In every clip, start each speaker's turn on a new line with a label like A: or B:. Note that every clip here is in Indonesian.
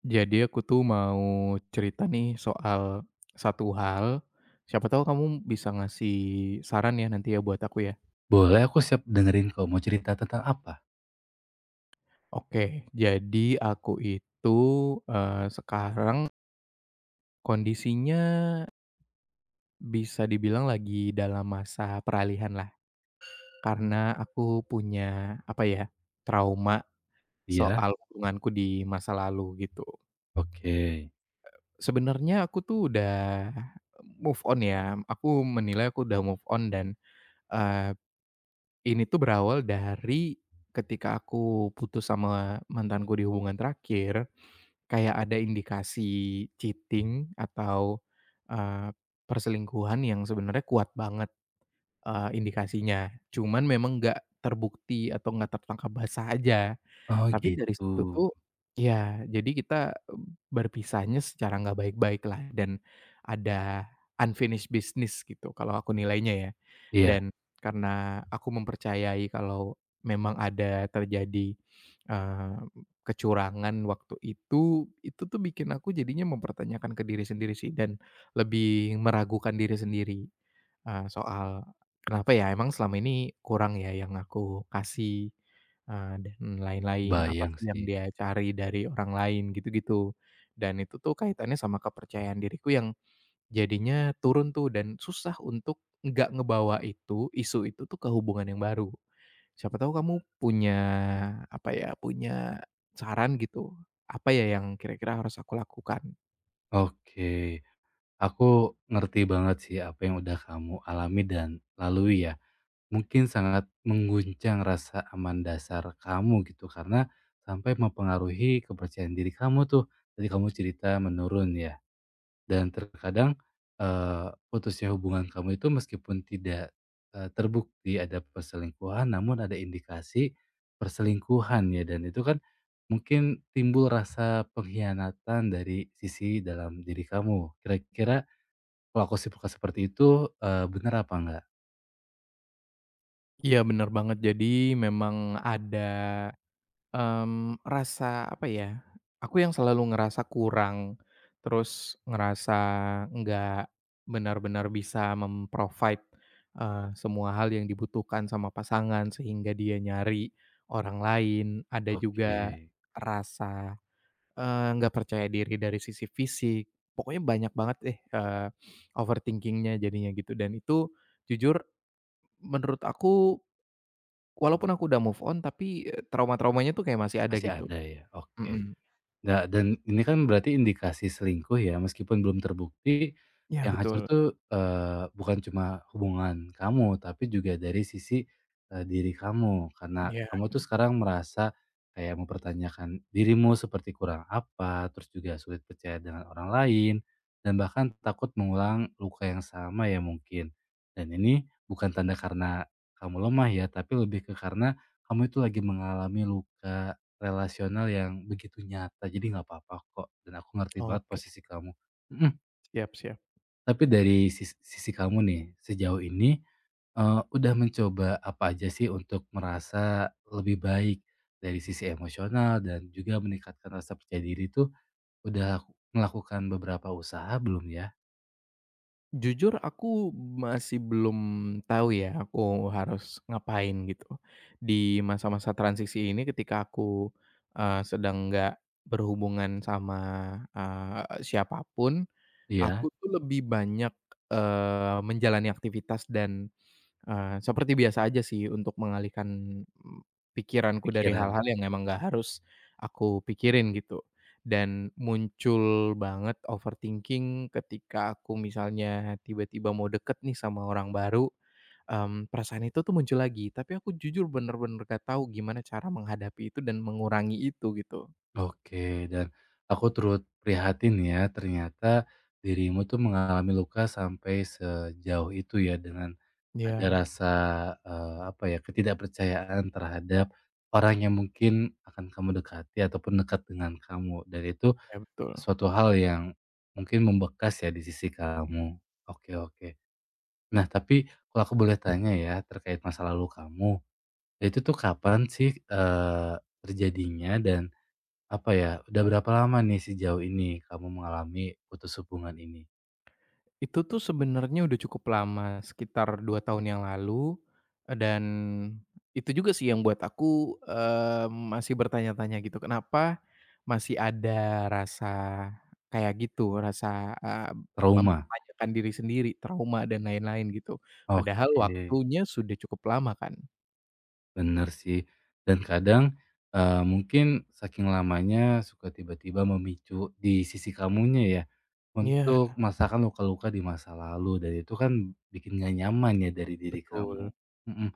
A: Jadi aku tuh mau cerita nih soal satu hal, siapa tahu kamu bisa ngasih saran ya nanti ya buat aku ya.
B: Boleh, aku siap dengerin kok. Mau cerita tentang apa?
A: Oke, jadi aku itu, sekarang kondisinya bisa dibilang lagi dalam masa peralihan lah, karena aku punya, apa ya, trauma
B: Iya?
A: soal hubunganku di masa lalu gitu.
B: Oke.
A: Sebenarnya aku tuh udah move on ya, aku menilai aku udah move on dan ini tuh berawal dari ketika aku putus sama mantanku di hubungan terakhir, kayak ada indikasi cheating atau, eee, perselingkuhan yang sebenarnya kuat banget, indikasinya. Cuman memang nggak terbukti atau nggak tertangkap basah aja.
B: Oh,
A: Tapi dari
B: gitu.
A: situ tuh ya jadi kita, berpisahnya secara nggak baik-baik lah dan ada unfinished business gitu kalau aku nilainya ya.
B: Iya,
A: Dan karena aku mempercayai kalau memang ada terjadi, eee, kecurangan waktu itu tuh bikin aku jadinya mempertanyakan ke diri sendiri sih dan lebih meragukan diri sendiri, soal, "Kenapa ya? Emang selama ini kurang ya yang aku kasih?" Dan lain-lain, apa
B: bayang
A: sih yang
B: sih.
A: dia cari dari orang lain gitu-gitu. Dan itu tuh kaitannya sama kepercayaan diriku yang jadinya turun tuh dan susah untuk nggak ngebawa itu, isu itu tuh ke hubungan yang baru. Siapa tahu kamu punya, apa ya, punya saran gitu, apa ya yang kira-kira harus aku lakukan?
B: Oke. Aku ngerti banget sih apa yang udah kamu alami dan lalui ya. Mungkin sangat mengguncang rasa aman dasar kamu gitu karena sampai mempengaruhi kepercayaan diri kamu tuh. Tadi kamu cerita menurun ya. Dan terkadang, putusnya hubungan kamu itu meskipun tidak, terbukti ada perselingkuhan, namun ada indikasi perselingkuhan ya, dan itu kan mungkin timbul rasa pengkhianatan dari sisi dalam diri kamu. Kira-kira kalau aku simpulkan seperti itu, bener apa enggak?
A: Iya bener banget, jadi memang ada, rasa apa ya, aku yang selalu ngerasa kurang, terus ngerasa nggak benar-benar bisa provide semua hal yang dibutuhkan sama pasangan sehingga dia nyari orang lain. Ada, iya, juga
B: Oke,
A: rasa, nggak percaya diri dari sisi fisik. Pokoknya banyak banget deh, overthinking jadinya gitu dan itu jujur menurut aku walaupun aku udah move on tapi, trauma-traumanya tuh kayak masih ada
B: masih
A: gitu.
B: ada ya? Oke.
A: Mhm.
B: Nggak dan ini kan berarti indikasi selingkuh ya, meskipun belum terbukti,
A: Iya
B: yang hancur
A: betul.
B: tuh, bukan cuma hubungan kamu, tapi juga dari sisi, diri kamu. Karena
A: Iya.
B: kamu tuh sekarang merasa kayak mempertanyakan dirimu seperti kurang apa, terus juga sulit percaya dengan orang lain, dan bahkan takut mengulang luka yang sama ya mungkin. Dan ini bukan tanda karena kamu lemah ya, tapi lebih ke karena kamu itu lagi mengalami luka relasional yang begitu nyata, jadi nggak apa-apa kok, dan aku ngerti banget
A: Oke.
B: posisi kamu. Mhm,
A: Siap, siap.
B: tapi dari sisi kamu nih, sejauh ini, udah mencoba apa aja sih untuk merasa lebih baik dari sisi emosional dan juga meningkatkan rasa percaya diri tuh, udah melakukan beberapa usaha belum ya?
A: Jujur aku masih belum tahu ya aku harus ngapain gitu. Di masa-masa transisi ini ketika aku, sedang nggak berhubungan sama, siapa,
B: Iya,
A: aku tuh lebih banyak, menjalani aktivitas dan, seperti biasa aja sih untuk mengalihkan, mmm, pikiranku dari
B: pikiran
A: hal-hal
B: ya?
A: yang emang gak harus aku pikirin gitu. Dan muncul banget overthinking ketika aku misalnya tiba-tiba mau deket nih sama orang baru, perasaan itu tuh muncul lagi, tapi aku jujur bener-bener gak tahu gimana cara menghadapi itu dan mengurangi itu gitu.
B: Oke, dan aku turut prihatin ya, ternyata dirimu tuh mengalami luka sampai sejauh itu ya, dengan ada
A: Ya,
B: rasa, apa ya, ketidakpercayaan terhadap orang yang mungkin akan kamu dekati ataupun dekat dengan kamu, dan itu
A: ya betul.
B: suatu hal yang mungkin membekas ya di sisi kamu. Oke, oke. Nah, tapi kalau aku boleh tanya ya, terkait masa lalu kamu, itu tuh kapan sih, terjadinya dan apa ya, udah berapa lama nih sejauh ini kamu mengalami putus hubungan ini?
A: Itu tuh sebenarnya udah cukup lama, sekitar 2 tahun yang lalu, dan itu juga sih yang buat aku, eee, masih bertanya-tanya gitu, kenapa masih ada rasa kayak gitu, rasa, eee,
B: Trauma?
A: mempertanyakan diri sendiri, trauma dan lain-lain gitu.
B: Oke,
A: Padahal waktunya sudah cukup lama kan.
B: bener sih. Dan kadang, mungkin saking lamanya suka tiba-tiba memicu di sisi kamunya ya, untuk
A: Iya.
B: merasakan luka-luka di masa lalu dan itu kan bikin gak nyaman ya dari diri kamu.
A: Betul.
B: Mhm.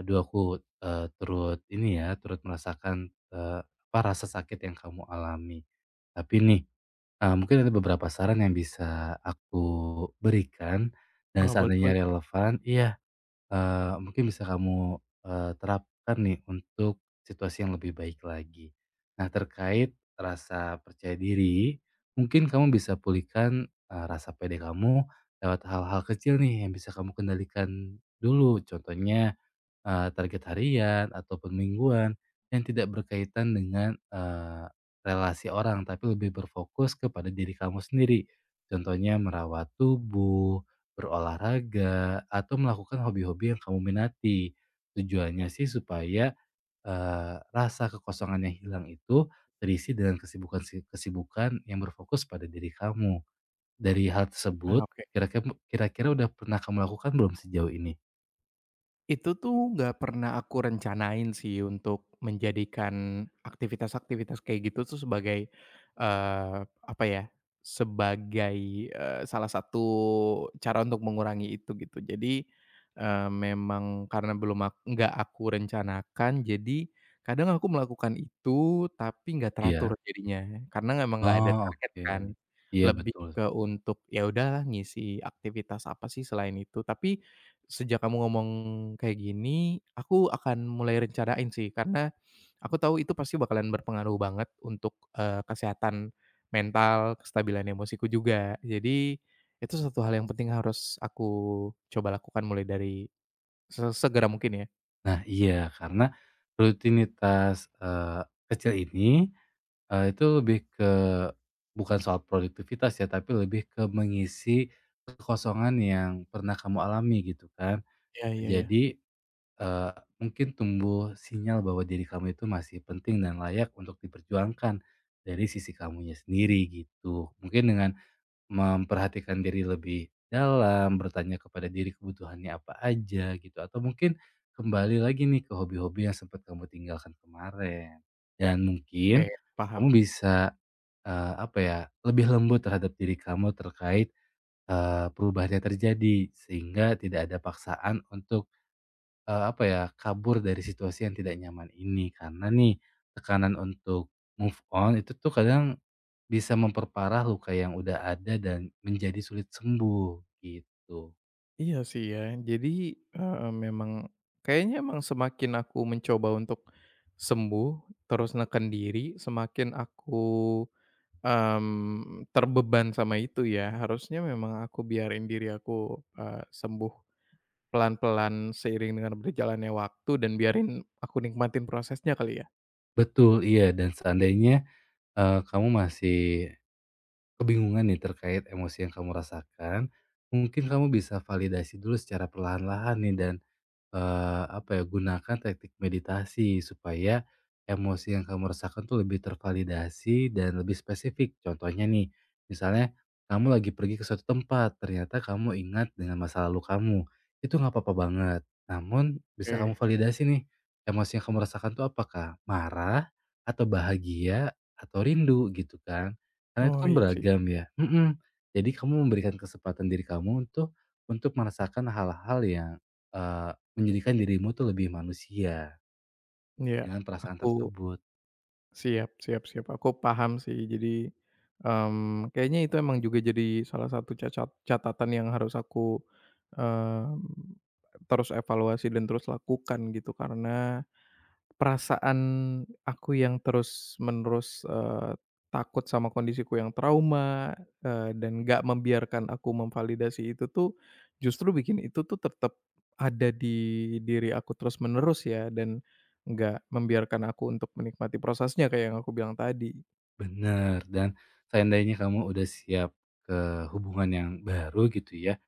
B: Aduh aku, turut ini ya, turut merasakan, apa, rasa sakit yang kamu alami. Tapi nih mungkin ada beberapa saran yang bisa aku berikan dan
A: Oh, boleh,
B: seandainya
A: boleh,
B: relevan iya, mungkin bisa kamu, terapkan nih untuk situasi yang lebih baik lagi. Nah, terkait rasa percaya diri, mungkin kamu bisa pulihkan, rasa pede kamu lewat hal-hal kecil nih yang bisa kamu kendalikan dulu. Contohnya target harian ataupun mingguan yang tidak berkaitan dengan, relasi orang, tapi lebih berfokus kepada diri kamu sendiri. Contohnya merawat tubuh, berolahraga, atau melakukan hobi-hobi yang kamu minati. Tujuannya sih supaya, rasa kekosongan yang hilang itu terisi dengan kesibukan yang berfokus pada diri kamu. Dari hal tersebut,
A: Kak.
B: kira-kira udah pernah kamu lakukan belum sejauh ini?
A: Itu tuh nggak pernah aku rencanain sih untuk menjadikan aktivitas-aktivitas kayak gitu tuh sebagai, eee, apa ya, sebagai, salah satu cara untuk mengurangi itu gitu. Jadi, memang karena belum ak nggak aku rencanakan, jadi kadang aku melakukan itu tapi nggak
B: Iya.
A: teratur jadinya, karena memang nggak ada
B: Oh,
A: target
B: oke.
A: kan.
B: Iya,
A: Lebih
B: betul.
A: ke untuk, ya udah ngisi aktivitas apa sih selain itu. Tapi sejak kamu ngomong kayak gini, aku akan mulai rencanain sih, karena aku tahu itu pasti bakalan berpengaruh banget untuk, kesehatan mental, kestabilan emosiku juga. Jadi, itu satu hal yang penting harus aku coba lakukan mulai dari segera mungkin ya?
B: Nah, iya, karena rutinitas, kecil ini, itu lebih ke bukan soal produktivitas ya, tapi lebih ke mengisi kekosongan yang pernah kamu alami gitu kan.
A: Iya, iya, iya.
B: Jadi, eee, mungkin tumbuh sinyal bahwa diri kamu itu masih penting dan layak untuk diperjuangkan dari sisi kamunya sendiri gitu. Mungkin dengan memperhatikan diri lebih dalam, bertanya kepada diri kebutuhannya apa aja gitu, atau mungkin kembali lagi nih ke hobi-hobi yang sempat kamu tinggalkan kemarin. Dan
A: Oke,
B: mungkin
A: paham.
B: kamu bisa, apa ya, lebih lembut terhadap diri kamu terkait, perubahan yang terjadi sehingga tidak ada paksaan untuk, apa ya, kabur dari situasi yang tidak nyaman ini. Karena nih tekanan untuk move on itu tuh kadang bisa memperparah luka yang udah ada dan menjadi sulit sembuh, gitu.
A: Iya sih ya. Jadi, heeh, memang kayaknya emang semakin aku mencoba untuk sembuh, terus neken diri, semakin aku terbeban sama itu ya, harusnya memang aku biarin diri aku, sembuh pelan-pelan seiring dengan berjalannya waktu dan biarin aku nikmatin prosesnya kali ya?
B: Betul, iya, dan seandainya, kamu masih kebingungan nih terkait emosi yang kamu rasakan, mungkin kamu bisa validasi dulu secara perlahan-lahan nih dan apa ya, gunakan teknik meditasi supaya emosi yang kamu rasakan tuh lebih tervalidasi dan lebih spesifik. Contohnya nih, misalnya kamu lagi pergi ke suatu tempat, ternyata kamu ingat dengan masa lalu kamu, itu nggak apa-apa banget. Namun bisa kamu
A: Oke.
B: validasi nih, emosi yang kamu rasakan tuh apakah marah, atau bahagia, atau rindu gitu kan. Karena itu
A: Oh
B: kan
A: iya sih.
B: beragam ya mhm, jadi kamu memberikan kesempatan diri kamu untuk merasakan hal-hal yang, eh, menjadikan dirimu tuh lebih manusia,
A: Iya,
B: dengan perasaan
A: aku
B: tersebut.
A: siap, siap, siap, aku paham sih. Jadi, kayaknya itu emang juga jadi salah satu catatan yang harus aku, mmm, terus evaluasi dan terus lakukan gitu karena perasaan aku yang terus-menerus, takut sama kondisiku yang trauma, dan nggak membiarkan aku memvalidasi itu tuh, justru bikin itu tuh tetap ada di diri aku terus-menerus ya, dan nggak membiarkan aku untuk menikmati prosesnya kayak yang aku bilang tadi.
B: Bener, dan seandainya kamu udah siap ke hubungan yang baru gitu ya.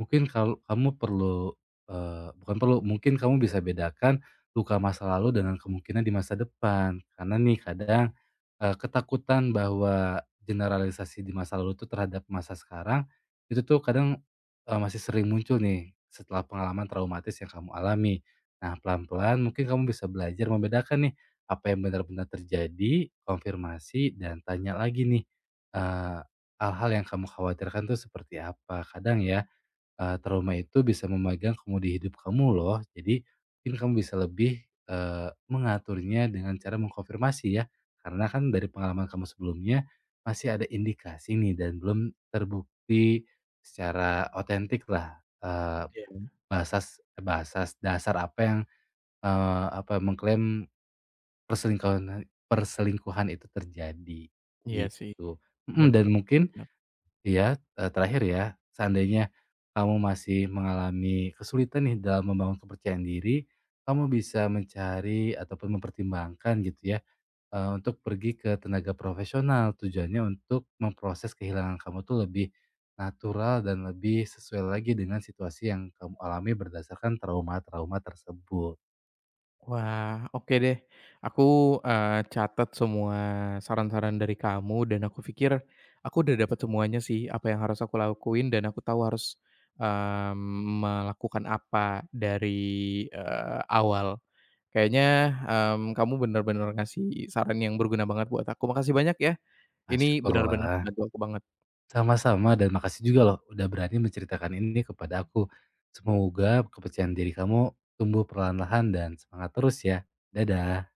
B: Mungkin kalau kamu perlu, eee, bukan perlu, mungkin kamu bisa bedakan luka masa lalu dengan kemungkinan di masa depan. Karena nih kadang, ketakutan bahwa generalisasi di masa lalu itu terhadap masa sekarang, itu tuh kadang, masih sering muncul nih setelah pengalaman traumatis yang kamu alami. Nah, pelan-pelan mungkin kamu bisa belajar membedakan nih, apa yang benar-benar terjadi, konfirmasi, dan tanya lagi nih, eee, hal-hal yang kamu khawatirkan tuh seperti apa. Kadang ya, trauma itu bisa memegang kemudi hidup kamu loh. Jadi mungkin kamu bisa lebih, mengaturnya dengan cara mengkonfirmasi ya, karena kan dari pengalaman kamu sebelumnya masih ada indikasi nih dan belum terbukti secara otentik lah, basas basas dasar apa yang, mengklaim perselingkuhan perselingkuhan itu terjadi,
A: Iya sih,
B: gitu. Mhm,
A: bener.
B: dan mungkin iya, terakhir ya, seandainya kamu masih mengalami kesulitan nih dalam membangun kepercayaan diri, kamu bisa mencari ataupun mempertimbangkan gitu ya, untuk pergi ke tenaga profesional. Tujuannya untuk memproses kehilangan kamu tuh lebih natural dan lebih sesuai lagi dengan situasi yang kamu alami berdasarkan trauma-trauma tersebut.
A: Wah, oke deh. Aku, catat semua saran-saran dari kamu dan aku pikir aku udah dapat semuanya sih apa yang harus aku lakuin dan aku tahu harus, melakukan apa dari, awal. Kayaknya, kamu benar-benar ngasih saran yang berguna banget buat aku. Makasih banyak ya,
B: Nah,
A: ini bener
B: syukurlah.
A: ngebantu aku banget.
B: Sama-sama dan makasih juga loh udah berani menceritakan ini kepada aku. Semoga kepercayaan diri kamu tumbuh perlahan-lahan dan semangat terus ya. Dadah.